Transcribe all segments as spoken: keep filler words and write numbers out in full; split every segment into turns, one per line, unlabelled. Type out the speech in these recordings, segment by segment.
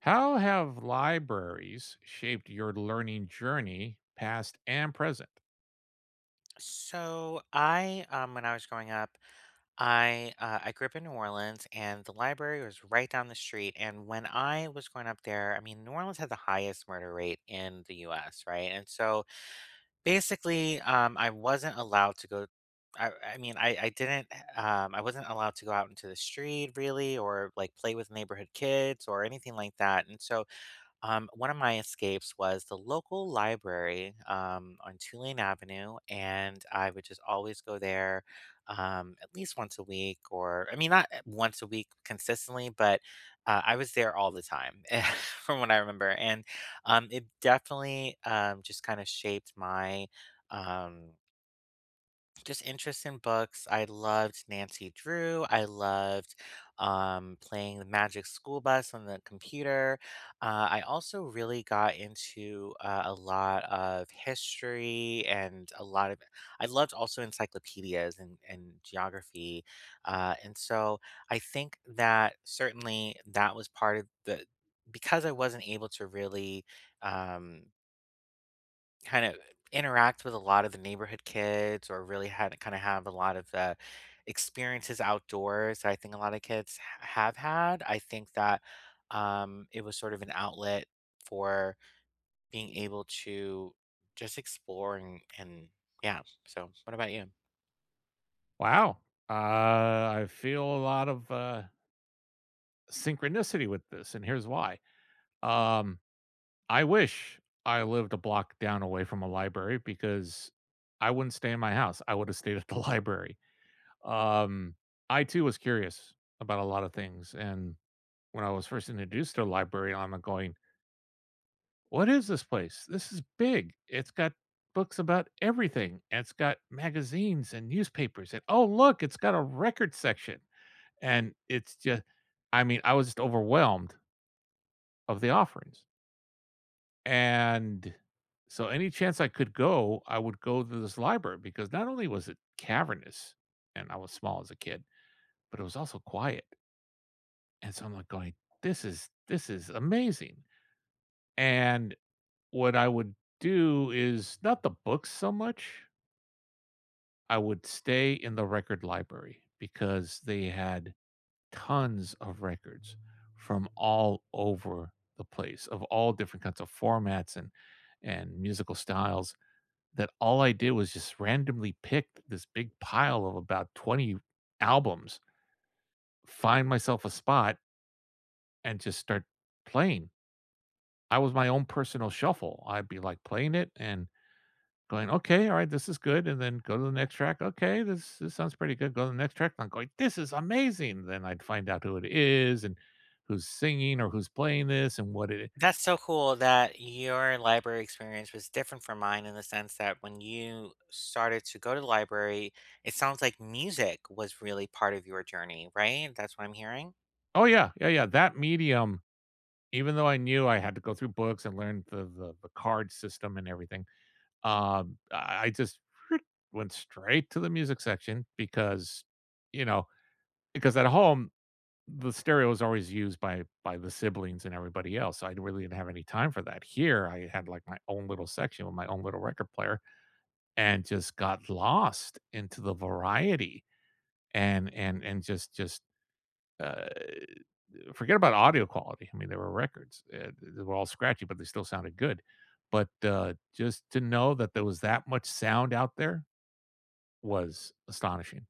How have libraries shaped your learning journey, past and present?
So I, um, when I was growing up, I uh, I grew up in New Orleans, and the library was right down the street. And when I was growing up there, I mean, New Orleans had the highest murder rate in the U S, right? And so basically, um, I wasn't allowed to go. I, I mean, I, I didn't. Um, I wasn't allowed to go out into the street really, or like play with neighborhood kids or anything like that. And so um, one of my escapes was the local library um, on Tulane Avenue, and I would just always go there um, at least once a week, or I mean, not at once a week consistently, but uh, I was there all the time from what I remember. And um, it definitely um, just kind of shaped my. Um, just interest in books. I loved Nancy Drew. I loved um, playing the Magic School Bus on the computer. Uh, I also really got into uh, a lot of history and a lot of, I loved also encyclopedias and, and geography. Uh, and so I think that certainly that was part of the, because I wasn't able to really. Um, Kind of interact with a lot of the neighborhood kids or really had kind of have a lot of uh, experiences outdoors that I think a lot of kids ha- have had. I think that um, it was sort of an outlet for being able to just explore and, and yeah. So, what about you?
Wow. Uh, I feel a lot of uh, synchronicity with this, and here's why. Um, I wish I lived a block down away from a library because I wouldn't stay in my house. I would have stayed at the library. Um, I too was curious about a lot of things. And when I was first introduced to a library, I'm going, what is this place? This is big. It's got books about everything. And It's got magazines and newspapers. And oh, look, it's got a record section. And it's just, I mean, I was just overwhelmed of the offerings. And so, any chance I could go, I would go to this library because not only was it cavernous and I was small as a kid, but it was also quiet. And so I'm like going, this is, this is amazing. And what I would do is not the books so much. I would stay in the record library because they had tons of records from all over the place of all different kinds of formats and and musical styles that all I did was just randomly pick this big pile of about twenty albums, find myself a spot and just start playing. I was my own personal shuffle. I'd be like playing it and going, "Okay, alright, this is good," and then go to the next track, "Okay, this this sounds pretty good," go to the next track, and I'm going, "This is amazing," then I'd find out who it is and who's singing or who's playing this and what it.
That's so cool that your library experience was different from mine in the sense that when you started to go to the library, it sounds like music was really part of your journey, right? That's what I'm hearing.
Oh, yeah, yeah, yeah, that medium, even though I knew I had to go through books and learn the the the card system and everything, um, I I just went straight to the music section because, you know because at home the stereo was always used by by the siblings and everybody else. So I really didn't have any time for that. Here, I had like my own little section with my own little record player, and just got lost into the variety and and and just just uh, forget about audio quality. I mean, there were records; uh, they were all scratchy, but they still sounded good. But uh, just to know that there was that much sound out there was astonishing.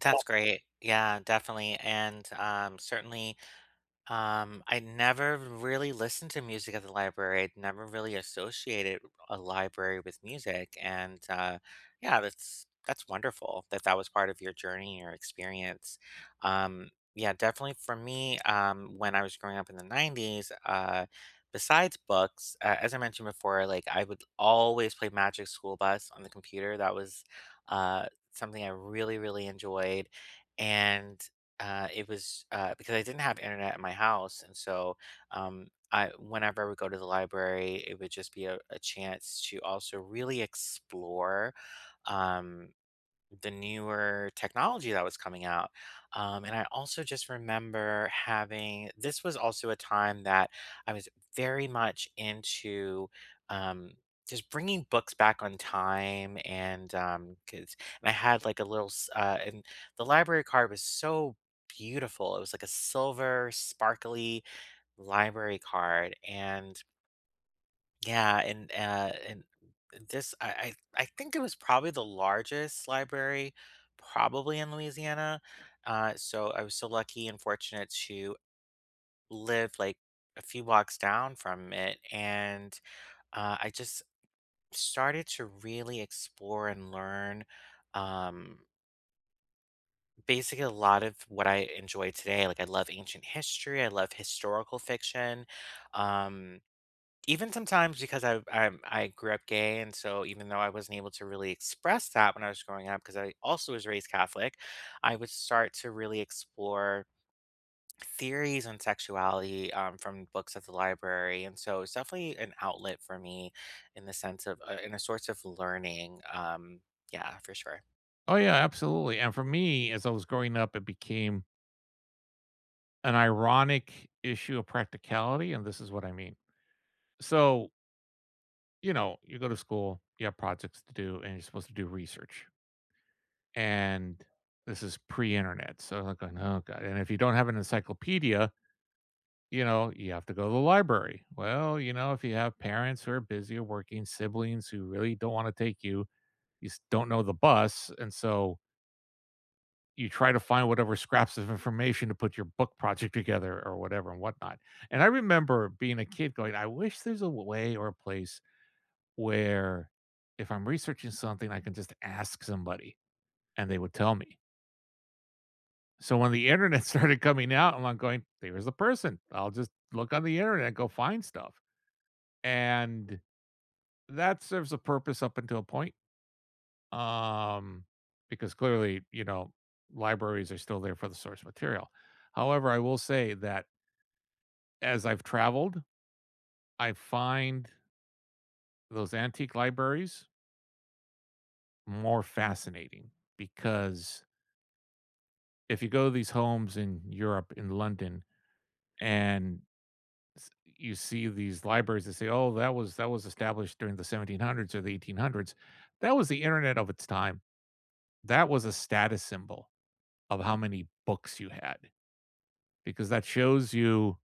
That's great. Yeah, definitely, and, um, certainly, um, I never really listened to music at the library. I never really associated a library with music, and uh, yeah, that's that's wonderful that that was part of your journey and your experience. Um, yeah, definitely for me, um, when I was growing up in the nineties, uh, besides books, uh, as I mentioned before, like I would always play Magic School Bus on the computer. That was uh, something I really, really enjoyed. And uh, it was, uh, because I didn't have internet in my house, and so, um, I whenever I would go to the library, it would just be a a chance to also really explore, um the newer technology that was coming out. Um, and I also just remember having this was also a time that I was very much into um, just bringing books back on time. And um, 'cause- and I had like a little, s- uh, and the library card was so beautiful. It was like a silver, sparkly library card. And yeah, and, uh, and this I I I think it was probably the largest library probably in Louisiana. Uh, so I was so lucky and fortunate to live like a few blocks down from it, and, uh, I just started to really explore and learn, um, basically a lot of what I enjoy today. Like, I love ancient history, I love historical fiction, um Even sometimes because I i I grew up gay, and so even though I wasn't able to really express that when I was growing up because I also was raised Catholic, I would start to really explore theories on sexuality, um, from books at the library, and so it's definitely an outlet for me in the sense of uh, in a source of learning, um, yeah, for sure.
Oh yeah, absolutely. And for me, as I was growing up, it became an ironic issue of practicality, and this is what I mean. So, you know, you go to school, you have projects to do, and you're supposed to do research. And this is pre-internet. So I'm going, oh God. And if you don't have an encyclopedia, you know, you have to go to the library. Well, you know, if you have parents who are busy or working, siblings who really don't want to take you, you s- don't know the bus. And so you try to find whatever scraps of information to put your book project together or whatever and whatnot. And I remember being a kid going, I wish there's a way or a place where if I'm researching something, I can just ask somebody and they would tell me. So when the internet started coming out, and I'm like going, there's the person. I'll just look on the internet and go find stuff. And that serves a purpose up until a point. Um, because clearly, you know, libraries are still there for the source material. However, I will say that as I've traveled, I find those antique libraries more fascinating because if you go to these homes in Europe, in London, and s- you see these libraries that say, "Oh, that was that was established during the seventeen hundreds or the eighteen hundreds," that was the internet of its time. That was a status symbol of how many books you had because that shows you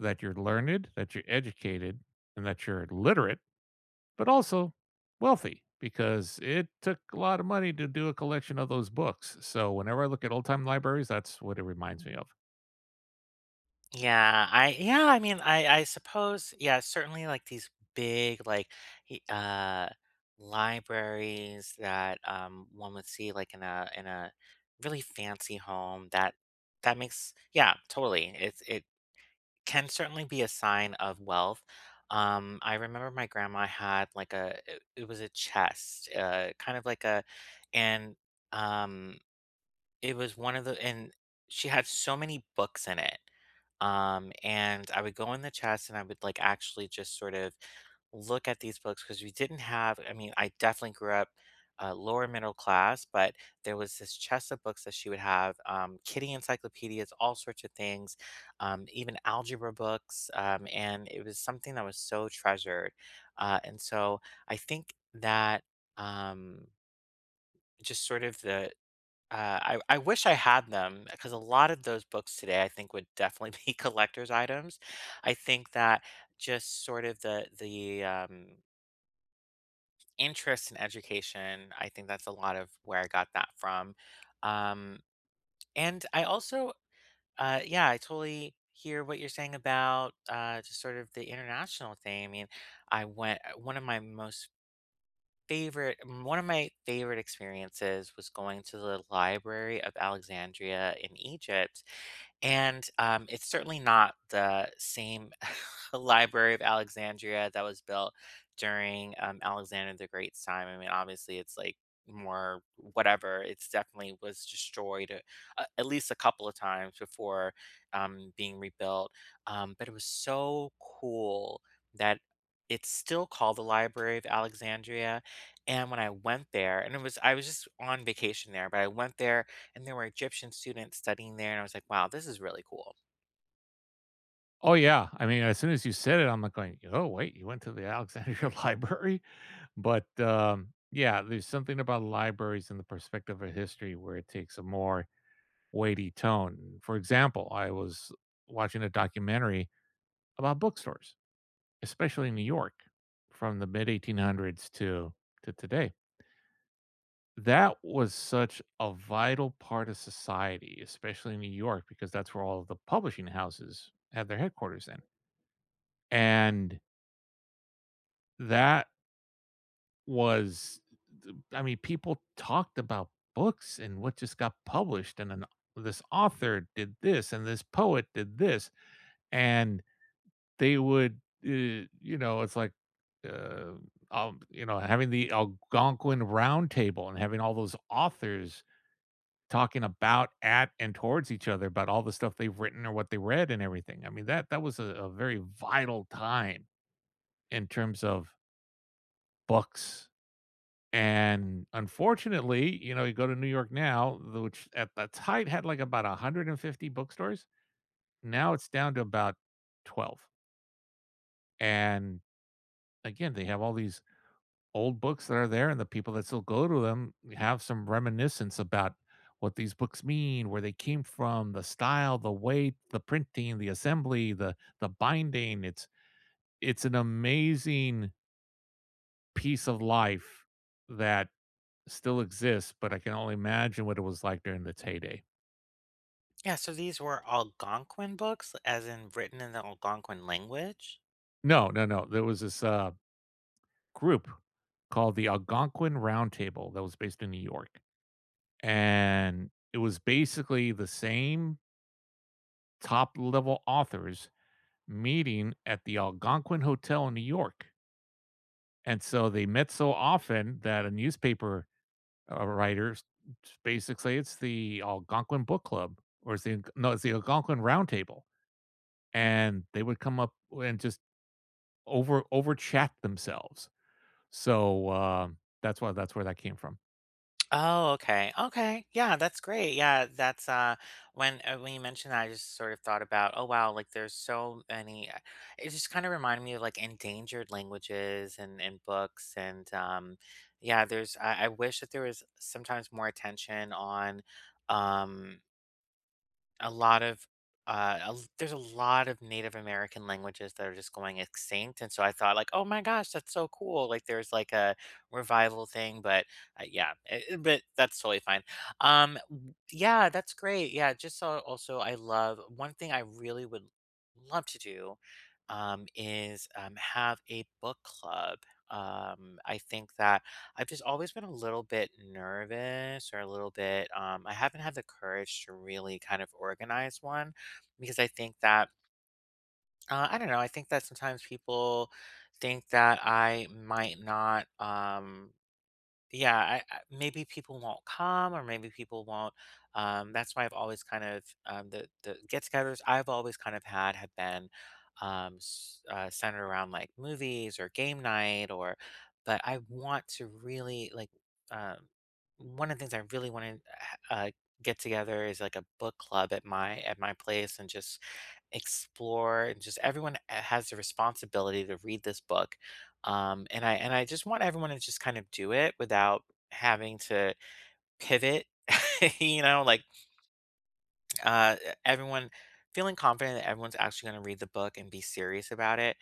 that you're learned, that you're educated, and that you're literate but also wealthy because it took a lot of money to do a collection of those books. So whenever I look at old time libraries, that's what it reminds me of.
Yeah, I yeah, I mean, I I suppose, yeah, certainly like these big like y- uh libraries that um one would see like in a in a really fancy home that that makes yeah, totally. It's it can certainly be a sign of wealth. Um I remember my grandma had like a it, it was a chest, uh kind of like a and um it was one of the and she had so many books in it. Um, and I would go in the chest and I would like actually just sort of look at these books because we didn't have, I mean, I definitely grew up uh, lower middle class, but there was this chest of books that she would have um, kitty encyclopedias, all sorts of things, um, even algebra books. Um, and it was something that was so treasured. Uh, and so I think that um, just sort of the uh, I I wish I had them because a lot of those books today, I think, would definitely be collector's items. I think that just sort of the the, um, interest in education, I think that's a lot of where I got that from. Um, and I also uh, yeah, I totally hear what you're saying about, uh, just sort of the international thing. I mean, I went uh, one of my most favorite mm, one of my favorite experiences was going to the Library of Alexandria in Egypt. And um, it's certainly not the same Library of Alexandria that was built during um, Alexander the Great's time. I mean, obviously, it's like more whatever. It's definitely was destroyed a, a- at least a couple of times before um, being rebuilt. Um, but it was so cool that it's still called the Library of Alexandria, and when I went there and it was I was just on vacation there, but I went there and there were Egyptian students studying there and I was like, wow, this is really cool.
Oh yeah, I mean, as soon as you said it, I'm like going, "Oh wait, you went to the Alexandria Library?" But um, yeah, there's something about libraries in the perspective of history where it takes a more weighty tone. For example, I was watching a documentary about bookstores, especially in New York, from the mid eighteen hundreds to to today. That was such a vital part of society, especially in New York, because that's where all of the publishing houses had their headquarters in. And that was, th- I mean, people talked about books and what just got published, and an, this author did this, and this poet did this, and they would, uh, you know, it's like, uh, um, you know, having the Algonquin Round Table and having all those authors talking about at and towards each other about all the stuff they've written or what they read and everything. I mean, that that was a, a very vital time in terms of books. And unfortunately, you know, you go to New York now, the- which at the height had like about one hundred fifty bookstores. Now it's down to about twelve. And again, they have all these old books that are there and the people that still go to them have some reminiscence about what these books mean, where they came from, the style, the weight, the printing, the assembly, the the binding. It's it's an amazing piece of life that still exists, but I can only imagine what it was like during its heyday.
Yeah, so these were Algonquin books, as in written in the Algonquin language.
No, no, no. There was this uh, group called the Algonquin Roundtable that was based in New York, and it was basically the same top level authors meeting at the Algonquin Hotel in New York. And so they met so often that a newspaper uh, writer s- basically it's the Algonquin Book Club or it's the no, it's the Algonquin Roundtable, and they would come up and just over over chat themselves. So uh, that's why that's where that came from.
Oh, okay. Okay. Yeah, that's great. Yeah, that's uh when uh, When you mentioned that I just sort of thought about, oh wow, like there's so many uh, it just kind of reminded me of like endangered languages and and books and um yeah, there's I, I wish that there was sometimes more attention on um a lot of uh, a l- there's a lot of Native American languages that are just going extinct, and so I thought like, oh my gosh, that's so cool! Like there's like a revival thing, but uh, yeah, i- i- but that's totally fine. Um, w- yeah, that's great. Yeah, just so also I love one thing I really would love to do, um, is um have a book club. Um, I think that I've just always been a little bit nervous or a little bit, um, I haven't had the courage to really kind of organize one because I think that, uh, I don't know, I think that sometimes people think that I might not, um, yeah, I, I maybe people won't come or maybe people won't. Um, that's why I've always kind of um, the the get-togethers I've always kind of had have been um, s- uh, centered around like movies or game night or. But I want to really like um, one of the things I really want to uh, get together is like a book club at my at my place and just explore and just everyone eh, has the responsibility to read this book um, and I and I just want everyone to just kind of do it without having to pivot, you know, like uh, everyone feeling confident that everyone's actually going to read the book and be serious about it,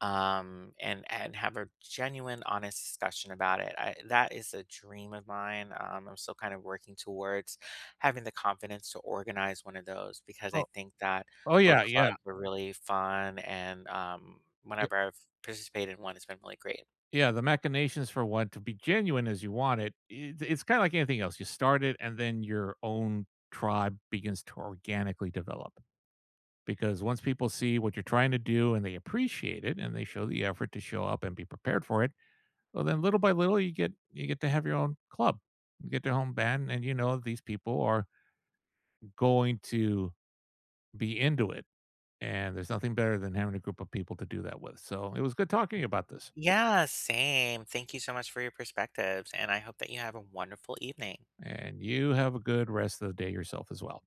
um, and and have a genuine, honest discussion about it. I, that is a dream of mine. Um, I'm still kind of working towards having the confidence to organize one of those because I
Oh,
think that
oh
book
yeah,
clubs
yeah,
were really fun, and um, whenever I've participated in one, it's been really great.
Yeah, the machinations for what to be genuine as you want it, it it's kinda like anything else. You start it and then your own tribe begins to organically develop. Because once people see what you're trying to do and they appreciate it and they show the effort to show up and be prepared for it, well then little by little you get you get to have your own club. You get your own band and you know these people are going to be into it. And there's nothing better than having a group of people to do that with. So it was good talking about this.
Yeah, same. Thank you so much for your perspectives, and I hope that you have a wonderful evening.
And you have a good rest of the day yourself as well.